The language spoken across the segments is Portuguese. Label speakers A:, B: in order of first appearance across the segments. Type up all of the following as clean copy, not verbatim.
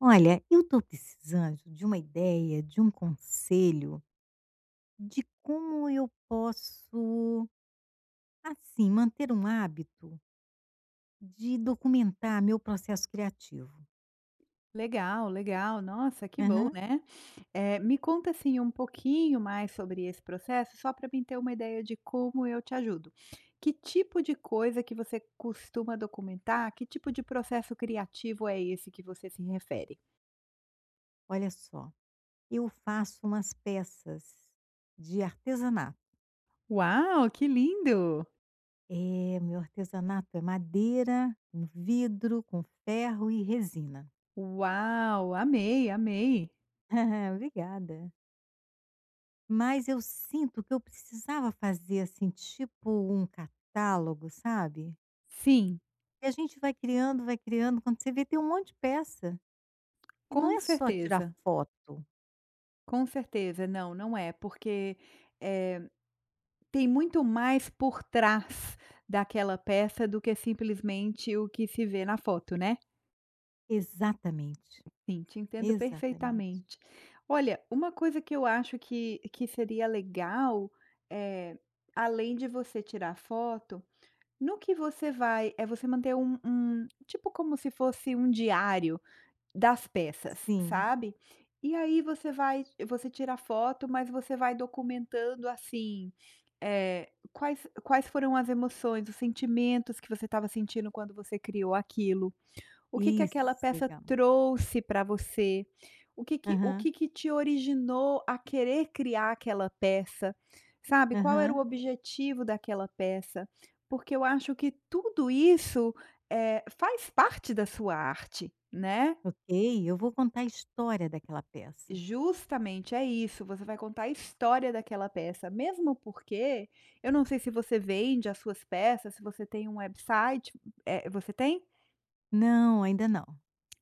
A: Olha, eu estou precisando de uma ideia, de um conselho, de como eu posso, assim, manter um hábito de documentar meu processo criativo.
B: Legal, legal. Nossa, que bom,
A: Aham.
B: né. Me conta, assim, um pouquinho mais sobre esse processo, só para mim ter uma ideia de como eu te ajudo. Que tipo de coisa que você costuma documentar? Que tipo de processo criativo é esse que você se refere?
A: Olha só, eu faço umas peças de artesanato.
B: Uau, que lindo!
A: É, meu artesanato é madeira, com vidro, com ferro e resina.
B: Uau, amei, amei.
A: Obrigada. Mas eu sinto que eu precisava fazer, assim, tipo um catálogo, sabe?
B: Sim,
A: E a gente vai criando, quando você vê tem um monte de peça. E não
B: com
A: é só tirar
B: certeza,
A: foto.
B: com certeza. Não, não é, porque, eh tem muito mais por trás daquela peça do que simplesmente o que se vê na foto, né?
A: Exatamente,
B: Sim, te entendo
A: exatamente.
B: perfeitamente. Olha, uma coisa que eu acho que seria legal, eh, além de você tirar foto, no que você vai é você manter um tipo como se fosse um diário, das peças,
A: Sim,
B: sabe. E aí você vai você tira a foto, mas você vai documentando, assim, quais foram as emoções, os sentimentos que você estava sentindo quando você criou aquilo, o que que
A: isso,
B: aquela peça
A: legal.
B: trouxe para você, o que que o
A: Aham,
B: que que te originou a querer criar aquela peça, sabe, qual era o
A: aham.
B: objetivo daquela peça. Porque eu acho que tudo isso, é faz parte da sua arte, né.
A: Ok, eu vou contar a história daquela peça.
B: Justamente, é isso, você vai contar a história daquela peça, mesmo porque eu não sei se você vende as suas peças, se você tem um website, você tem?
A: Não, ainda não,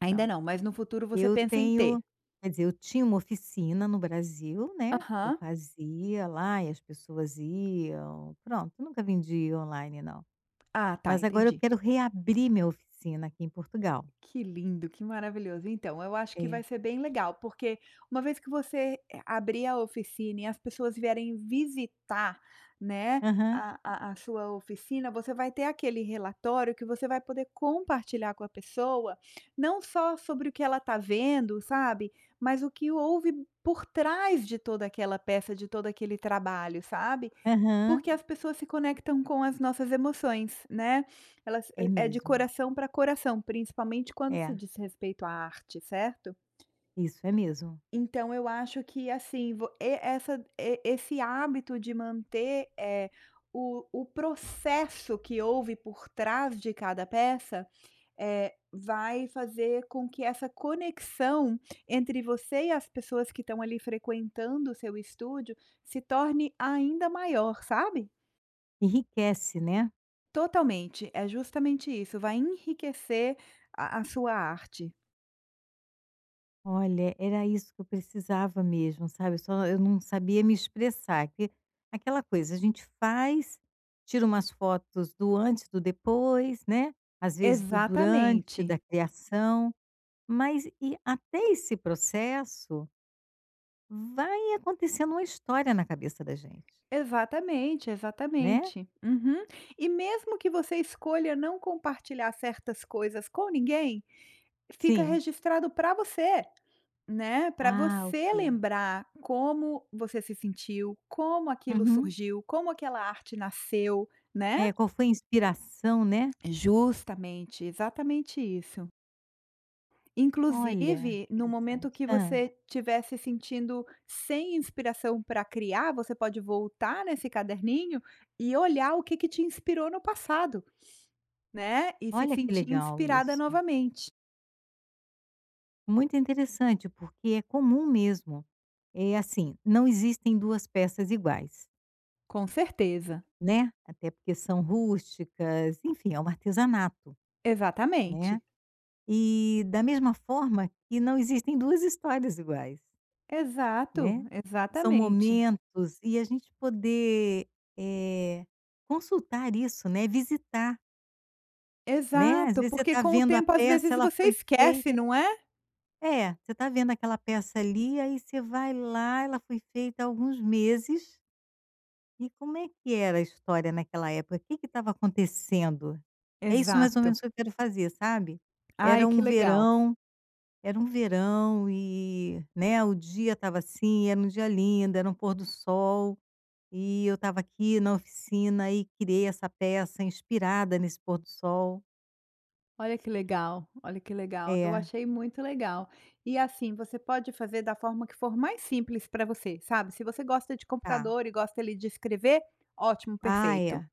B: Ainda
A: não.
B: não, mas no futuro você
A: Eu
B: pensa em ter?
A: tenho quer dizer, eu tinha uma oficina no Brasil, né, eu
B: Aham.
A: fazia lá e as pessoas iam, pronto, nunca vendi online não.
B: Ah, tá,
A: Mas agora eu
B: entendi.
A: quero reabrir minha oficina aqui em Portugal.
B: Que lindo, que maravilhoso. Então, eu acho que vai
A: É.
B: ser bem legal, porque uma vez que você abrir a oficina e as pessoas vierem visitar, né,
A: Aham,
B: a sua oficina, você vai ter aquele relatório que você vai poder compartilhar com a pessoa, não só sobre o que ela está vendo, sabe, mas o que houve por trás de toda aquela peça, de todo aquele trabalho, sabe?
A: aham.
B: Porque as pessoas se conectam com as nossas emoções, né. Elas
A: É
B: é de
A: mesmo.
B: coração para coração, principalmente quando se
A: É,
B: diz respeito à arte, certo?
A: isso é mesmo.
B: Então eu acho que, assim, vo e essa e esse hábito de manter, o processo que houve por trás de cada peça, vai fazer com que essa conexão entre você e as pessoas que estão ali frequentando o seu estúdio se torne ainda maior, sabe?
A: Enriquece, né.
B: Totalmente, é justamente isso, vai enriquecer a sua arte.
A: Olha, era isso que eu precisava mesmo, sabe, só eu não sabia me expressar, que aquela coisa, a gente faz, tira umas fotos do antes, do depois, né, às vezes do durante,
B: Exatamente,
A: da criação, mas e até esse processo, vai acontecendo uma história na cabeça da gente,
B: exatamente,
A: né.
B: exatamente. Uhum. E mesmo que você escolha não compartilhar certas coisas com ninguém, fica
A: Sim.
B: registrado para você, né. Para
A: Ah,
B: você
A: ok.
B: lembrar como você se sentiu, como aquilo
A: Uhum.
B: surgiu, como aquela arte nasceu, né.
A: É, qual foi a inspiração, né.
B: Justamente, exatamente isso.
A: Olha,
B: Inclusive, no momento
A: interessante.
B: que
A: Hã.
B: você estiver se sentindo sem inspiração para criar, você pode voltar nesse caderninho e olhar o que que te inspirou no passado, né, e se
A: Olha que
B: sentir
A: legal
B: inspirada
A: isso.
B: novamente.
A: Muito interessante, porque é comum mesmo. É assim, não existem 2 peças iguais,
B: Com certeza.
A: né, até porque são rústicas, enfim, é um artesanato, né.
B: Exatamente.
A: E da mesma forma que não existem 2 histórias iguais,
B: Exato,
A: né. São
B: exatamente.
A: momentos e a gente poder, eh, consultar isso, né, visitar, né. Às
B: Exato,
A: vezes você
B: porque
A: está
B: com o
A: vendo a
B: tempo, às
A: peça,
B: vezes,
A: ela
B: você
A: foi feita.
B: esquece, não é?
A: É, você tá vendo aquela peça ali, aí você vai lá, ela foi feita há alguns meses, e como é que era a história naquela época? O que que estava acontecendo? É isso mais ou
B: Exato.
A: menos que eu quero fazer, sabe.
B: Ai,
A: Era
B: que
A: um
B: legal.
A: verão Era um verão e, né, o dia estava assim, era um dia lindo, era um pôr do sol, e eu estava aqui na oficina e criei essa peça inspirada nesse pôr do sol.
B: Olha que legal, olha que legal. Eu
A: É,
B: achei muito legal. E assim, você pode fazer da forma que for mais simples para você, sabe? Se você gosta de
A: tá.
B: computador e gosta ali de escrever, ótimo,
A: Ah,
B: perfeito,
A: é.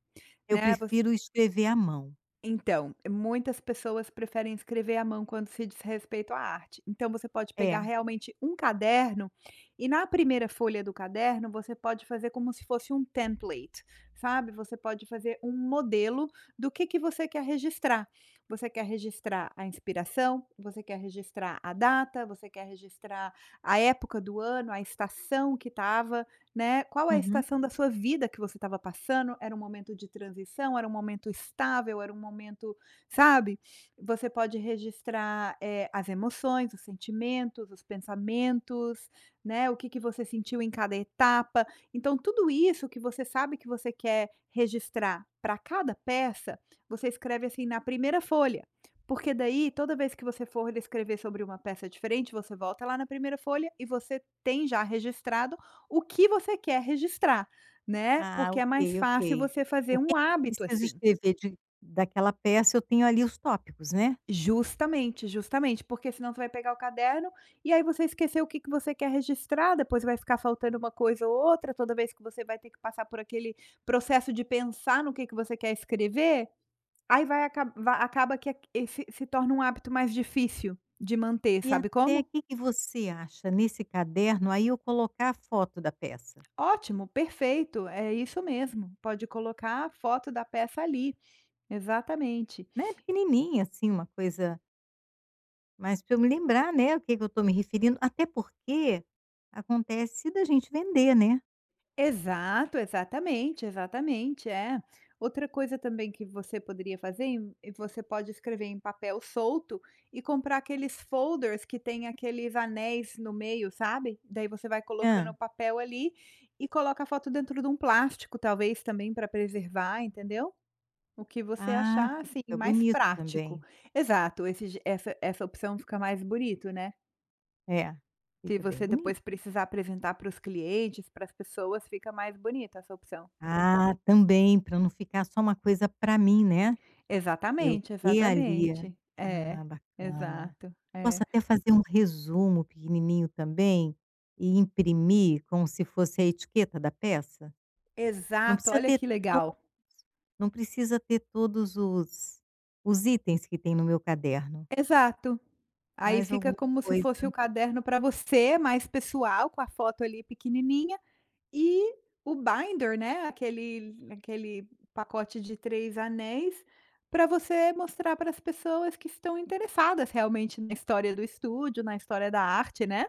A: Eu
B: né?
A: prefiro escrever à mão.
B: Então, muitas pessoas preferem escrever à mão quando se diz respeito à arte. Então, você pode pegar
A: É.
B: realmente um caderno e na primeira folha do caderno você pode fazer como se fosse um template, sabe? Você pode fazer um modelo do que você quer registrar. Você quer registrar a inspiração, você quer registrar a data, você quer registrar a época do ano, a estação que estava, né? Qual é a
A: Uhum.
B: estação da sua vida que você estava passando? Era um momento de transição? Era um momento estável? Era um momento, sabe? Você pode registrar as emoções, os sentimentos, os pensamentos, né? O que que você sentiu em cada etapa. Então, tudo isso que você sabe que você quer registrar para cada peça, você escreve assim na primeira folha. Porque daí, toda vez que você for escrever sobre uma peça diferente, você volta lá na primeira folha e você tem já registrado o que você quer registrar, né?
A: Ah,
B: Porque é
A: ok,
B: mais fácil
A: ok.
B: você fazer
A: O que
B: um
A: eu
B: hábito
A: preciso
B: assim.
A: escrever de daquela peça, eu tenho ali os tópicos, né.
B: Justamente, justamente, porque senão você vai pegar o caderno e aí você esqueceu o que que você quer registrar, depois vai ficar faltando uma coisa ou outra toda vez que você vai ter que passar por aquele processo de pensar no que você quer escrever, aí acaba que esse se torna um hábito mais difícil de manter,
A: E
B: sabe
A: até o
B: como?
A: que que você acha nesse caderno, aí eu colocar a foto da peça,
B: Ótimo, perfeito, é isso mesmo. Pode colocar a foto da peça ali, exatamente.
A: né, pequenininha, assim, uma coisa mas para eu me lembrar, né, o que que eu estou me referindo, até porque acontece da gente vender, né.
B: Exato, exatamente, exatamente, é. Outra coisa também que você poderia fazer, e você pode escrever em papel solto e comprar aqueles folders que tem aqueles anéis no meio, sabe? Daí você vai colocando o
A: Hã.
B: papel ali e coloca a foto dentro de um plástico, talvez também para preservar, entendeu? O que você
A: Ah,
B: achar assim
A: fica
B: mais
A: bonito
B: prático.
A: também.
B: Exato, essa, essa opção fica mais bonito, né?
A: É,
B: Se
A: fica bem
B: você
A: bonito.
B: depois precisar apresentar para os clientes, para as pessoas, fica mais bonita essa opção.
A: Ah, também, para não ficar só uma coisa para mim, né. Eu
B: Exatamente,
A: ter ali
B: exatamente.
A: ah, bacana.
B: É.
A: Posso até fazer um resumo pequenininho também e imprimir como se fosse a etiqueta da peça? Não
B: Exato,
A: precisa
B: olha
A: ter
B: que
A: todos
B: legal.
A: não precisa ter todos os itens que tem no meu caderno,
B: Exato. Aí
A: mas
B: fica
A: alguma
B: como se fosse o
A: coisa.
B: caderno para você, mais pessoal, com a foto ali pequenininha, e o binder, né, aquele pacote de 3 anéis, para você mostrar para as pessoas que estão interessadas realmente na história do estúdio, na história da arte, né.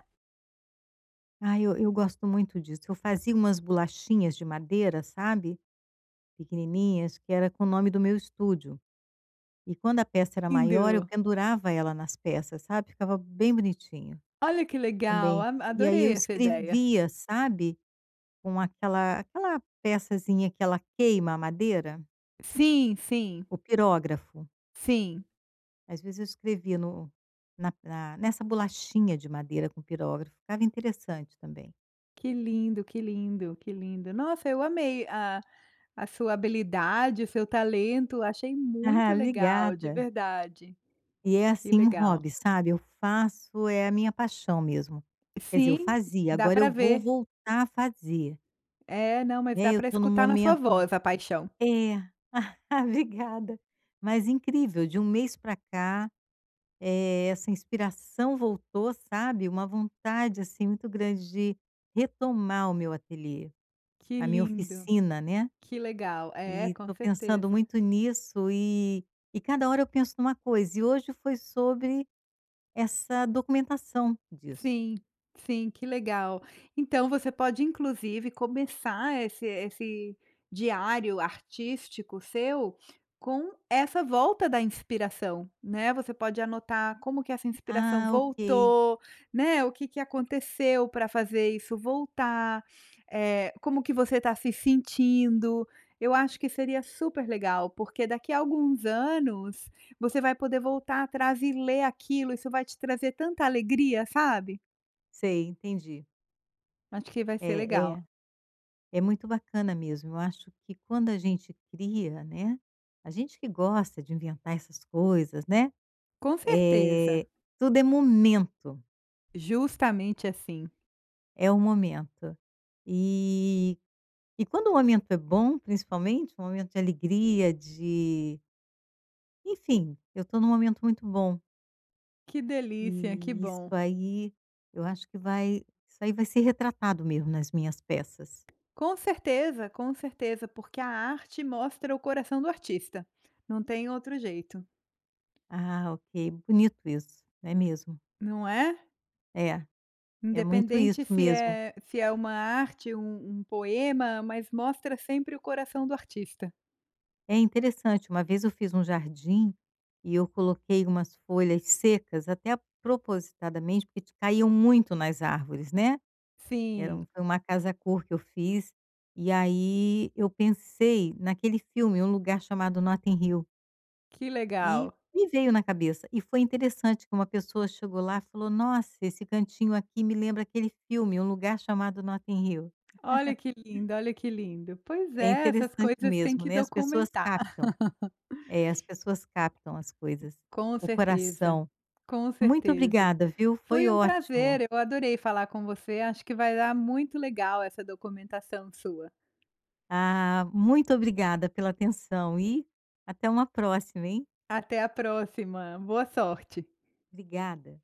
A: Ah, eu gosto muito disso. Eu fazia umas bolachinhas de madeira, sabe, pequenininhas, que era com o nome do meu estúdio. E quando a peça era maior, eu
B: Lindo.
A: pendurava ela nas peças, sabe, ficava bem bonitinho.
B: Olha que legal,
A: Também.
B: a
A: E aí
B: adorei
A: eu
B: essa ideia.
A: escrevia, sabe, com aquela peçazinha que ela queima a madeira,
B: Sim, sim,
A: o pirógrafo.
B: sim.
A: Às vezes eu escrevia no na na nessa bolachinha de madeira com pirógrafo, ficava interessante também.
B: Que lindo, que lindo, que lindo. Nossa, eu amei a sua habilidade, o seu talento, achei
A: Ah,
B: muito legal, de
A: obrigada.
B: verdade.
A: E é,
B: Que
A: assim, um
B: legal.
A: hobby, sabe, eu faço é a minha paixão mesmo. Quer dizer, eu
B: Sim,
A: fazia,
B: dá
A: agora
B: para
A: eu vou
B: ver.
A: voltar a fazer,
B: É, não, mas dá
A: né, eu
B: para
A: estou num
B: escutar na sua
A: momento
B: voz a paixão.
A: é. Obrigada. Mas incrível, de um mês para cá essa inspiração voltou, sabe, uma vontade, assim, muito grande de retomar o meu ateliê,
B: Que
A: a minha
B: lindo,
A: oficina, né.
B: que legal. É,
A: E
B: com
A: estou pensando
B: certeza.
A: muito nisso e cada hora eu penso numa coisa, e hoje foi sobre essa documentação disso.
B: Sim, sim, que legal. Então você pode inclusive começar esse diário artístico seu com essa volta da inspiração, né, você pode anotar como que essa inspiração
A: Ah, ok,
B: voltou, né, o que que aconteceu para fazer isso voltar, como que você está se sentindo. Eu acho que seria super legal, porque daqui a alguns anos, você vai poder voltar atrás e ler aquilo, isso vai te trazer tanta alegria, sabe.
A: sei, entendi.
B: Acho que vai ser
A: É
B: legal.
A: é é muito bacana mesmo, eu acho que quando a gente cria, né, a gente que gosta de inventar essas coisas, né,
B: Com certeza,
A: eh, tudo é momento.
B: justamente assim.
A: É o momento. E e quando o momento é bom, principalmente, um momento de alegria, de enfim, eu estou num momento muito bom.
B: Que delícia, que
A: E isso
B: bom.
A: aí, eu acho que vai isso aí vai ser retratado mesmo nas minhas peças.
B: Com certeza, porque a arte mostra o coração do artista, não tem outro jeito,
A: Ah, ok, bonito isso, não é mesmo.
B: não é?
A: É, é muito
B: Independente
A: isso
B: se
A: mesmo.
B: é se é uma arte, um poema, mas mostra sempre o coração do artista.
A: É interessante, uma vez eu fiz um jardim e eu coloquei umas folhas secas, até propositadamente, porque caíam muito nas árvores, né? Era um
B: Sim,
A: foi uma casa à cor que eu fiz, e aí eu pensei naquele filme, Um Lugar Chamado Notting Hill,
B: que
A: e
B: legal.
A: me veio na cabeça. E foi interessante que uma pessoa chegou lá e falou: "Nossa, esse cantinho aqui me lembra aquele filme, Um Lugar Chamado Notting Hill".
B: Olha que lindo, olha que lindo. Pois
A: É
B: é, essas
A: interessante
B: coisas têm
A: mesmo,
B: que
A: né, as pessoas
B: documentar.
A: captam. É, as pessoas captam as coisas.
B: Com
A: O
B: certeza,
A: coração.
B: com
A: Muito
B: certeza.
A: obrigada, viu, foi
B: Foi um
A: ótimo.
B: prazer, eu adorei falar com você, acho que vai dar muito legal essa documentação sua.
A: Ah, muito obrigada pela atenção e até uma próxima, hein.
B: Até a próxima, boa sorte.
A: Obrigada.